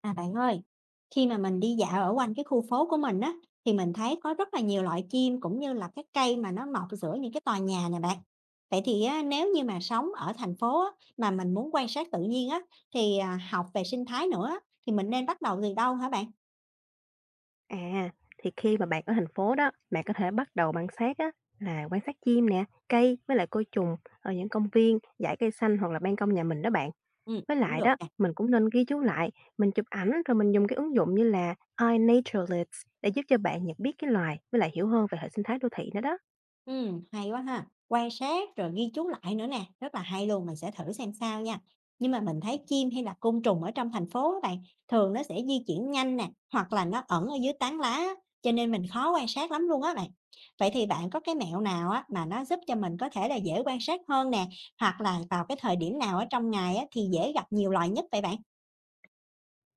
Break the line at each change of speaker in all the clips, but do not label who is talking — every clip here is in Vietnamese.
À bạn ơi, khi mà mình đi dạo ở quanh cái khu phố của mình á, thì mình thấy có rất là nhiều loại chim cũng như là các cây mà nó mọc giữa những cái tòa nhà nè bạn. Vậy thì á, nếu như mà sống ở thành phố á, mà mình muốn quan sát tự nhiên á, thì học về sinh thái nữa á, thì mình nên bắt đầu từ đâu hả bạn?
À, thì khi mà bạn ở thành phố đó, bạn có thể bắt đầu bằng sát á, là quan sát chim nè, cây với lại côn trùng ở những công viên, dãy cây xanh hoặc là ban công nhà mình đó bạn.
Ừ,
Với
cũng
lại
được
đó,
nè.
mình cũng nên ghi chú lại, mình chụp ảnh rồi mình dùng cái ứng dụng như là iNaturalist để giúp cho bạn nhận biết cái loài với lại hiểu hơn về hệ sinh thái đô thị nữa đó.
Hay quá ha. Quan sát rồi ghi chú lại nữa nè, rất là hay luôn, mình sẽ thử xem sao nha. Nhưng mà mình thấy chim hay là côn trùng ở trong thành phố á bạn, thường nó sẽ di chuyển nhanh nè, hoặc là nó ẩn ở dưới tán lá, á, cho nên mình khó quan sát lắm luôn á bạn. Vậy thì bạn có cái mẹo nào á mà nó giúp cho mình có thể là dễ quan sát hơn nè, hoặc là vào cái thời điểm nào ở trong ngày á thì dễ gặp nhiều loài nhất vậy bạn?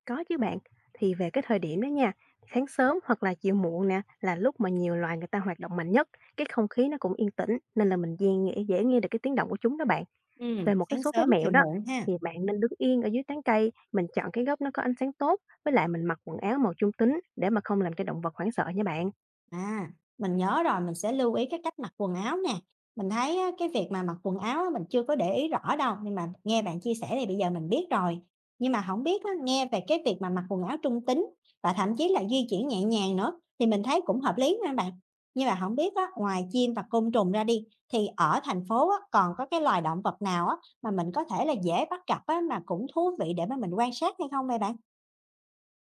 Có chứ bạn, thì về cái thời điểm đó nha, sáng sớm hoặc là chiều muộn nè là lúc mà nhiều loài người ta hoạt động mạnh nhất, cái không khí nó cũng yên tĩnh nên là mình dễ nghe được cái tiếng động của chúng đó bạn. Về một cái
Sáng
số cái
sớm,
mẹo
chiều
đó,
muộn ha.
thì bạn nên đứng yên ở dưới tán cây, mình chọn cái góc nó có ánh sáng tốt, với lại mình mặc quần áo màu trung tính để mà không làm cho động vật hoảng sợ nha bạn.
À, mình nhớ rồi, mình sẽ lưu ý cái cách mặc quần áo nè. Mình thấy á, cái việc mà mặc quần áo á, mình chưa có để ý rõ đâu, nhưng mà nghe bạn chia sẻ thì bây giờ mình biết rồi. Nhưng mà không biết á, nghe về cái việc mà mặc quần áo trung tính và thậm chí là di chuyển nhẹ nhàng nữa thì mình thấy cũng hợp lý nha bạn. Nhưng mà không biết á, ngoài chim và côn trùng ra đi thì ở thành phố á, còn có cái loài động vật nào á, mà mình có thể là dễ bắt gặp á, mà cũng thú vị để mà mình quan sát hay không vậy bạn?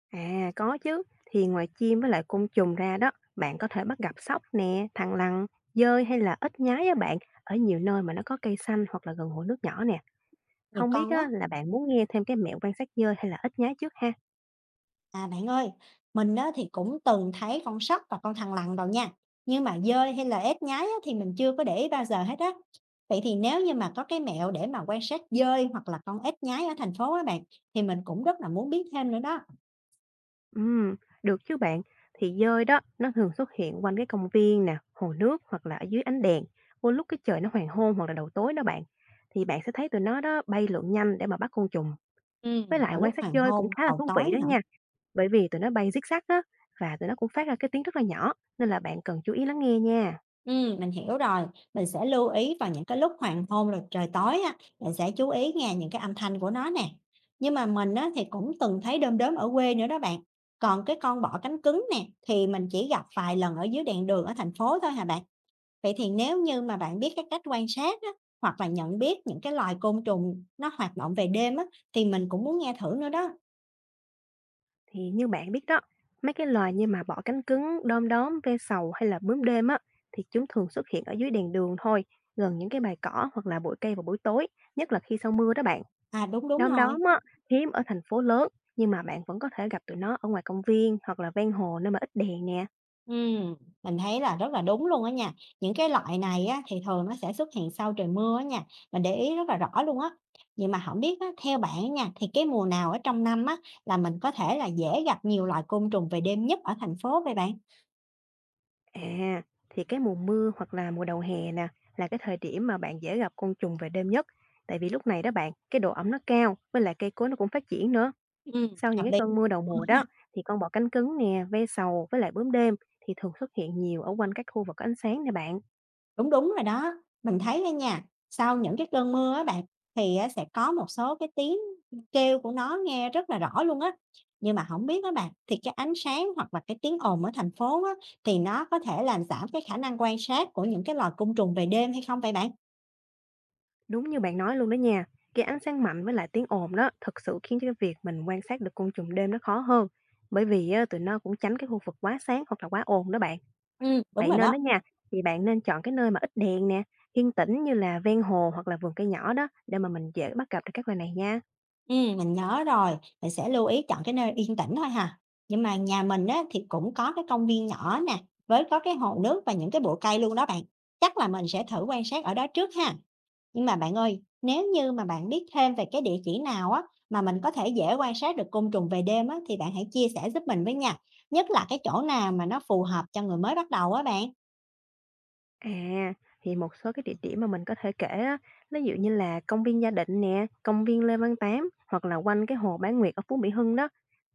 À, có chứ, thì ngoài chim với lại côn trùng ra đó, bạn có thể bắt gặp sóc nè, thằn lằn, dơi hay là ếch nhái á bạn, ở nhiều nơi mà nó có cây xanh hoặc là gần hồ nước nhỏ nè.
Nhiều
Không biết
con
á,
quá.
là bạn muốn nghe thêm cái mẹo quan sát dơi hay là ếch nhái trước ha?
À bạn ơi, mình á, thì cũng từng thấy con sóc và con thằn lằn rồi nha. Nhưng mà dơi hay là ếch nhái á, thì mình chưa có để ý bao giờ hết á. Vậy thì nếu như mà có cái mẹo để mà quan sát dơi hoặc là con ếch nhái ở thành phố á bạn, thì mình cũng rất là muốn biết thêm nữa đó.
Ừm, được chứ bạn. Thì dơi đó, nó thường xuất hiện quanh cái công viên nè, hồ nước hoặc là ở dưới ánh đèn, vô lúc cái trời nó hoàng hôn hoặc là đầu tối đó bạn. Thì bạn sẽ thấy tụi nó đó bay lượn nhanh để mà bắt côn trùng.
Ừ.
Với lại
Mà
quan
lúc
sát
hoàng
dơi cũng
hôn,
khá là
đầu
thú vị
tối
đó
hả?
nha, bởi vì tụi nó bay zig-zag á, và tụi nó cũng phát ra cái tiếng rất là nhỏ, nên là bạn cần chú ý lắng nghe nha.
Mình hiểu rồi. Mình sẽ lưu ý vào những cái lúc hoàng hôn rồi trời tối á, mình sẽ chú ý nghe những cái âm thanh của nó nè. Nhưng mà mình á, thì cũng từng thấy đom đóm ở quê nữa đó bạn. Còn cái con bọ cánh cứng nè, thì mình chỉ gặp vài lần ở dưới đèn đường ở thành phố thôi hả bạn. Vậy thì nếu như mà bạn biết cái cách quan sát á, hoặc là nhận biết những cái loài côn trùng nó hoạt động về đêm á, thì mình cũng muốn nghe thử nữa đó.
Thì như bạn biết đó, mấy cái loài như mà bọ cánh cứng, đom đóm, ve sầu hay là bướm đêm á, thì chúng thường xuất hiện ở dưới đèn đường thôi, gần những cái bãi cỏ hoặc là bụi cây vào buổi tối, nhất là khi sau mưa đó bạn.
À đúng, đúng
Đom đóm
rồi.
á, hiếm ở thành phố lớn, nhưng mà bạn vẫn có thể gặp tụi nó ở ngoài công viên hoặc là ven hồ nơi mà ít đèn nè.
Ừm, mình thấy là rất là đúng luôn á nha. Những cái loại này á, thì thường nó sẽ xuất hiện sau trời mưa á nha, mình để ý rất là rõ luôn á. Nhưng mà không biết á, theo bạn á nha, thì cái mùa nào ở trong năm á, là mình có thể là dễ gặp nhiều loại côn trùng về đêm nhất ở thành phố vậy bạn?
À, thì cái mùa mưa hoặc là mùa đầu hè nè, là cái thời điểm mà bạn dễ gặp côn trùng về đêm nhất. Tại vì lúc này đó bạn, cái độ ẩm nó cao, với lại cây cối nó cũng phát triển nữa.
Ừm,
Sau những
hợp
cái
lý.
cơn mưa đầu mùa đó, thì con bọ cánh cứng nè, ve sầu với lại bướm đêm thì thường xuất hiện nhiều ở quanh các khu vực có ánh sáng nè bạn.
Đúng, đúng rồi đó. Mình thấy á nha, sau những cái cơn mưa á bạn, thì á sẽ có một số cái tiếng kêu của nó nghe rất là rõ luôn á. Nhưng mà không biết á bạn, thì cái ánh sáng hoặc là cái tiếng ồn ở thành phố á, thì nó có thể làm giảm cái khả năng quan sát của những cái loài côn trùng về đêm hay không vậy bạn?
Đúng như bạn nói luôn đó nha. Cái ánh sáng mạnh với lại tiếng ồn đó thực sự khiến cho cái việc mình quan sát được côn trùng đêm nó khó hơn. Bởi vì á, tụi nó cũng tránh cái khu vực quá sáng hoặc là quá ồn đó bạn.
Ừm. Đúng
Vậy
rồi
nên
đó,
đó nha, thì bạn nên chọn cái nơi mà ít đèn nè, yên tĩnh như là ven hồ hoặc là vườn cây nhỏ đó để mà mình dễ bắt gặp được các loài này nha.
mình nhớ rồi, mình sẽ lưu ý chọn cái nơi yên tĩnh thôi hà. Nhưng mà nhà mình á, thì cũng có cái công viên nhỏ nè, với có cái hồ nước và những cái bụi cây luôn đó bạn. Chắc là mình sẽ thử quan sát ở đó trước ha. Nhưng mà bạn ơi, nếu như mà bạn biết thêm về cái địa chỉ nào á mà mình có thể dễ quan sát được côn trùng về đêm á thì bạn hãy chia sẻ giúp mình với nha. Nhất là cái chỗ nào mà nó phù hợp cho người mới bắt đầu á bạn.
À, thì một số cái địa điểm mà mình có thể kể á, ví dụ như là công viên Gia Định nè, công viên Lê Văn Tám hoặc là quanh cái hồ Bán Nguyệt ở Phú Mỹ Hưng đó.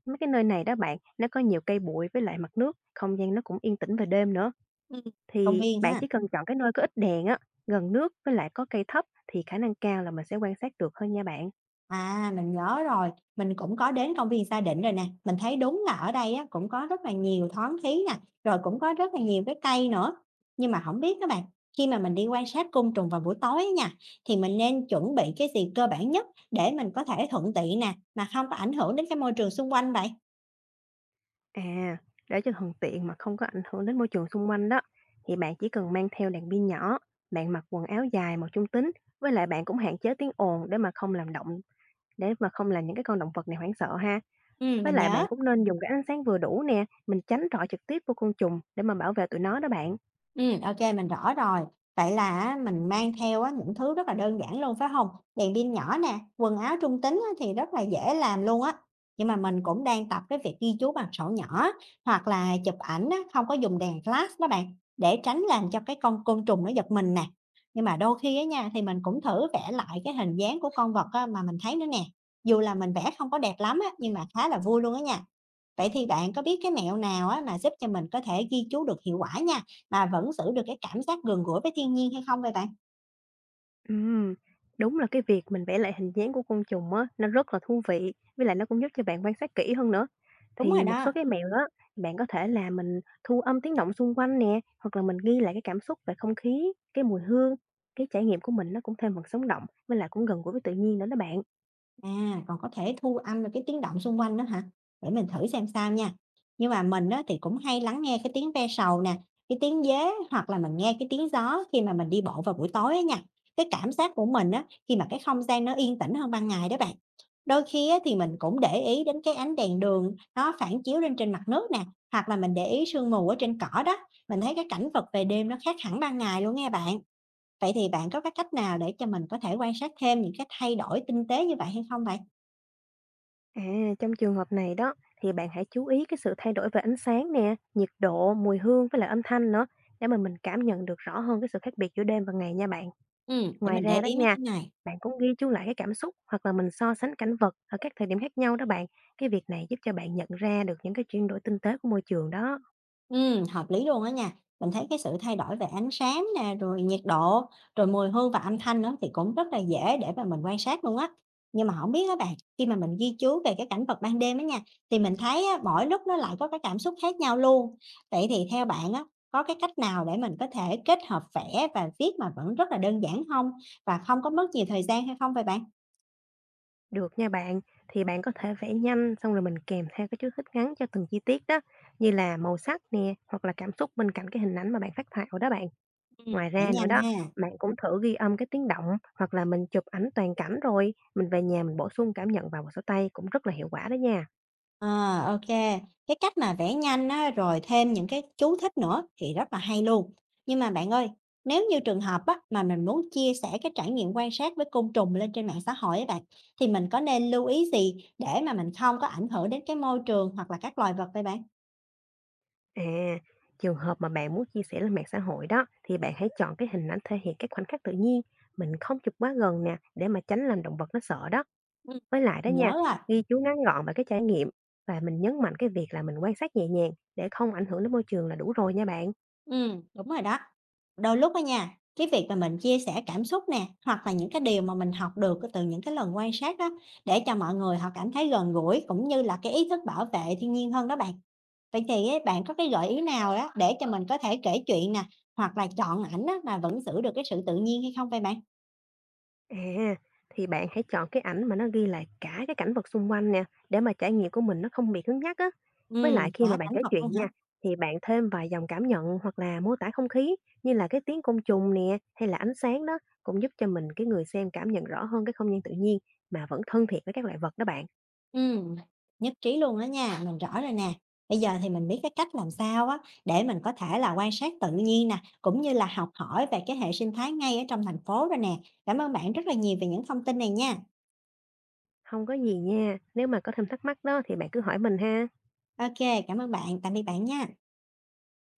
Mấy cái nơi này đó bạn, nó có nhiều cây bụi với lại mặt nước, không gian nó cũng yên tĩnh về đêm nữa.
Ừ. Công
Thì
viên
bạn
ha.
chỉ cần chọn cái nơi có ít đèn á, gần nước với lại có cây thấp thì khả năng cao là mình sẽ quan sát được hơn nha bạn.
À, mình nhớ rồi, mình cũng có đến công viên Sa Đéc rồi nè, mình thấy đúng là ở đây á, cũng có rất là nhiều thoáng khí nè, rồi cũng có rất là nhiều cái cây nữa. Nhưng mà không biết các bạn, khi mà mình đi quan sát côn trùng vào buổi tối á nha, thì mình nên chuẩn bị cái gì cơ bản nhất để mình có thể thuận tiện nè, mà không có ảnh hưởng đến cái môi trường xung quanh vậy?
À, để cho thuận tiện mà không có ảnh hưởng đến môi trường xung quanh đó, thì bạn chỉ cần mang theo đèn pin nhỏ, bạn mặc quần áo dài màu trung tính với lại bạn cũng hạn chế tiếng ồn để mà không làm những cái con động vật này hoảng sợ ha. Với
Mình
lại
nhớ.
bạn cũng nên dùng cái ánh sáng vừa đủ nè, mình tránh rọi trực tiếp vô côn trùng để mà bảo vệ tụi nó đó bạn.
Ừ, ok, mình rõ rồi. Vậy là á, mình mang theo á, những thứ rất là đơn giản luôn, phải không? Đèn pin nhỏ nè, quần áo trung tính á, thì rất là dễ làm luôn á. Nhưng mà mình cũng đang tập cái việc ghi chú bằng sổ nhỏ, hoặc là chụp ảnh á, không có dùng đèn flash đó bạn, để tránh làm cho cái con côn trùng nó giật mình nè. Nhưng mà đôi khi á nha, thì mình cũng thử vẽ lại cái hình dáng của con vật á, mà mình thấy nữa nè, dù là mình vẽ không có đẹp lắm á, nhưng mà khá là vui luôn á nha. Vậy thì bạn có biết cái mẹo nào á mà giúp cho mình có thể ghi chú được hiệu quả nha, mà vẫn giữ được cái cảm giác gần gũi với thiên nhiên hay không vậy bạn?
Ừm, đúng là cái việc mình vẽ lại hình dáng của côn trùng á, nó rất là thú vị, với lại nó cũng giúp cho bạn quan sát kỹ hơn nữa.
Đúng rồi
Thì một
đó.
số cái mẹo á, bạn có thể là mình thu âm tiếng động xung quanh nè, hoặc là mình ghi lại cái cảm xúc về không khí, cái mùi hương, cái trải nghiệm của mình nó cũng thêm phần sống động, với lại cũng gần gũi với tự nhiên nữa đó bạn.
À, còn có thể thu âm được cái tiếng động xung quanh nữa hả? Để mình thử xem sao nha. Nhưng mà mình á, thì cũng hay lắng nghe cái tiếng ve sầu nè, cái tiếng dế hoặc là mình nghe cái tiếng gió khi mà mình đi bộ vào buổi tối á nha. Cái cảm giác của mình á, khi mà cái không gian nó yên tĩnh hơn ban ngày đó bạn. Đôi khi á, thì mình cũng để ý đến cái ánh đèn đường nó phản chiếu lên trên mặt nước nè, hoặc là mình để ý sương mù ở trên cỏ đó. Mình thấy cái cảnh vật về đêm nó khác hẳn ban ngày luôn nghe bạn. Vậy thì bạn có cái cách nào để cho mình có thể quan sát thêm những cái thay đổi tinh tế như vậy hay không vậy?
À, trong trường hợp này đó thì bạn hãy chú ý cái sự thay đổi về ánh sáng nè, nhiệt độ, mùi hương với lại âm thanh nữa để mà mình cảm nhận được rõ hơn cái sự khác biệt giữa đêm và ngày nha bạn.
Ừm. Để
Ngoài
mình để
ra đó
ý mấy
nha,
cái này.
bạn cũng ghi chú lại cái cảm xúc hoặc là mình so sánh cảnh vật ở các thời điểm khác nhau đó bạn. Cái việc này giúp cho bạn nhận ra được những cái chuyển đổi tinh tế của môi trường đó.
Hợp lý luôn á nha. Mình thấy cái sự thay đổi về ánh sáng nè, rồi nhiệt độ, rồi mùi hương và âm thanh nữa thì cũng rất là dễ để mà mình quan sát luôn á. Nhưng mà không biết á bạn, khi mà mình ghi chú về cái cảnh vật ban đêm á nha, thì mình thấy á, mỗi lúc nó lại có cái cảm xúc khác nhau luôn. Vậy thì theo bạn á, có cái cách nào để mình có thể kết hợp vẽ và viết mà vẫn rất là đơn giản không? Và không có mất nhiều thời gian hay không vậy bạn?
Được nha bạn, thì bạn có thể vẽ nhanh xong rồi mình kèm theo cái chú thích ngắn cho từng chi tiết đó, như là màu sắc nè hoặc là cảm xúc bên cạnh cái hình ảnh mà bạn phát thảo đó bạn.
Ừm.
Ngoài
Vẽ
ra nữa
nhanh
đó,
ha.
bạn cũng thử ghi âm cái tiếng động hoặc là mình chụp ảnh toàn cảnh rồi mình về nhà mình bổ sung cảm nhận vào sổ tay cũng rất là hiệu quả đó nha.
À, ok, cái cách mà vẽ nhanh á, rồi thêm những cái chú thích nữa thì rất là hay luôn. Nhưng mà bạn ơi, nếu như trường hợp á, mà mình muốn chia sẻ cái trải nghiệm quan sát với côn trùng lên trên mạng xã hội ấy bạn, thì mình có nên lưu ý gì để mà mình không có ảnh hưởng đến cái môi trường hoặc là các loài vật vậy bạn?
À, trường hợp mà bạn muốn chia sẻ lên mạng xã hội đó thì bạn hãy chọn cái hình ảnh thể hiện các khoảnh khắc tự nhiên, mình không chụp quá gần nè để mà tránh làm động vật nó sợ đó.
Ừm.
Với lại đó
Mình nhớ
nha,
rồi.
ghi chú ngắn gọn về cái trải nghiệm và mình nhấn mạnh cái việc là mình quan sát nhẹ nhàng để không ảnh hưởng đến môi trường là đủ rồi nha bạn.
Đúng rồi đó. Đôi lúc á nha, cái việc mà mình chia sẻ cảm xúc nè, hoặc là những cái điều mà mình học được từ những cái lần quan sát đó, để cho mọi người họ cảm thấy gần gũi, cũng như là cái ý thức bảo vệ thiên nhiên hơn đó bạn. Vậy thì á, bạn có cái gợi ý nào đó để cho mình có thể kể chuyện nè, hoặc là chọn ảnh á, mà vẫn giữ được cái sự tự nhiên hay không vậy bạn?
À, thì bạn hãy chọn cái ảnh mà nó ghi lại cả cái cảnh vật xung quanh nè, để mà trải nghiệm của mình nó không bị cứng nhắc á. Với
Ừ,
lại khi mà
cả
bạn
cảnh
kể
vật luôn
chuyện
hả?
nha, thì bạn thêm vài dòng cảm nhận hoặc là mô tả không khí như là cái tiếng côn trùng nè hay là ánh sáng đó cũng giúp cho mình cái người xem cảm nhận rõ hơn cái không gian tự nhiên mà vẫn thân thiện với các loại vật đó bạn.
Ừm, nhất trí luôn đó nha, mình rõ rồi nè. Bây giờ thì mình biết cái cách làm sao á để mình có thể là quan sát tự nhiên nè, cũng như là học hỏi về cái hệ sinh thái ngay ở trong thành phố rồi nè. Cảm ơn bạn rất là nhiều về những thông tin này nha.
Không có gì nha, nếu mà có thêm thắc mắc đó thì bạn cứ hỏi mình ha.
Ok, cảm ơn bạn, tạm biệt bạn nha.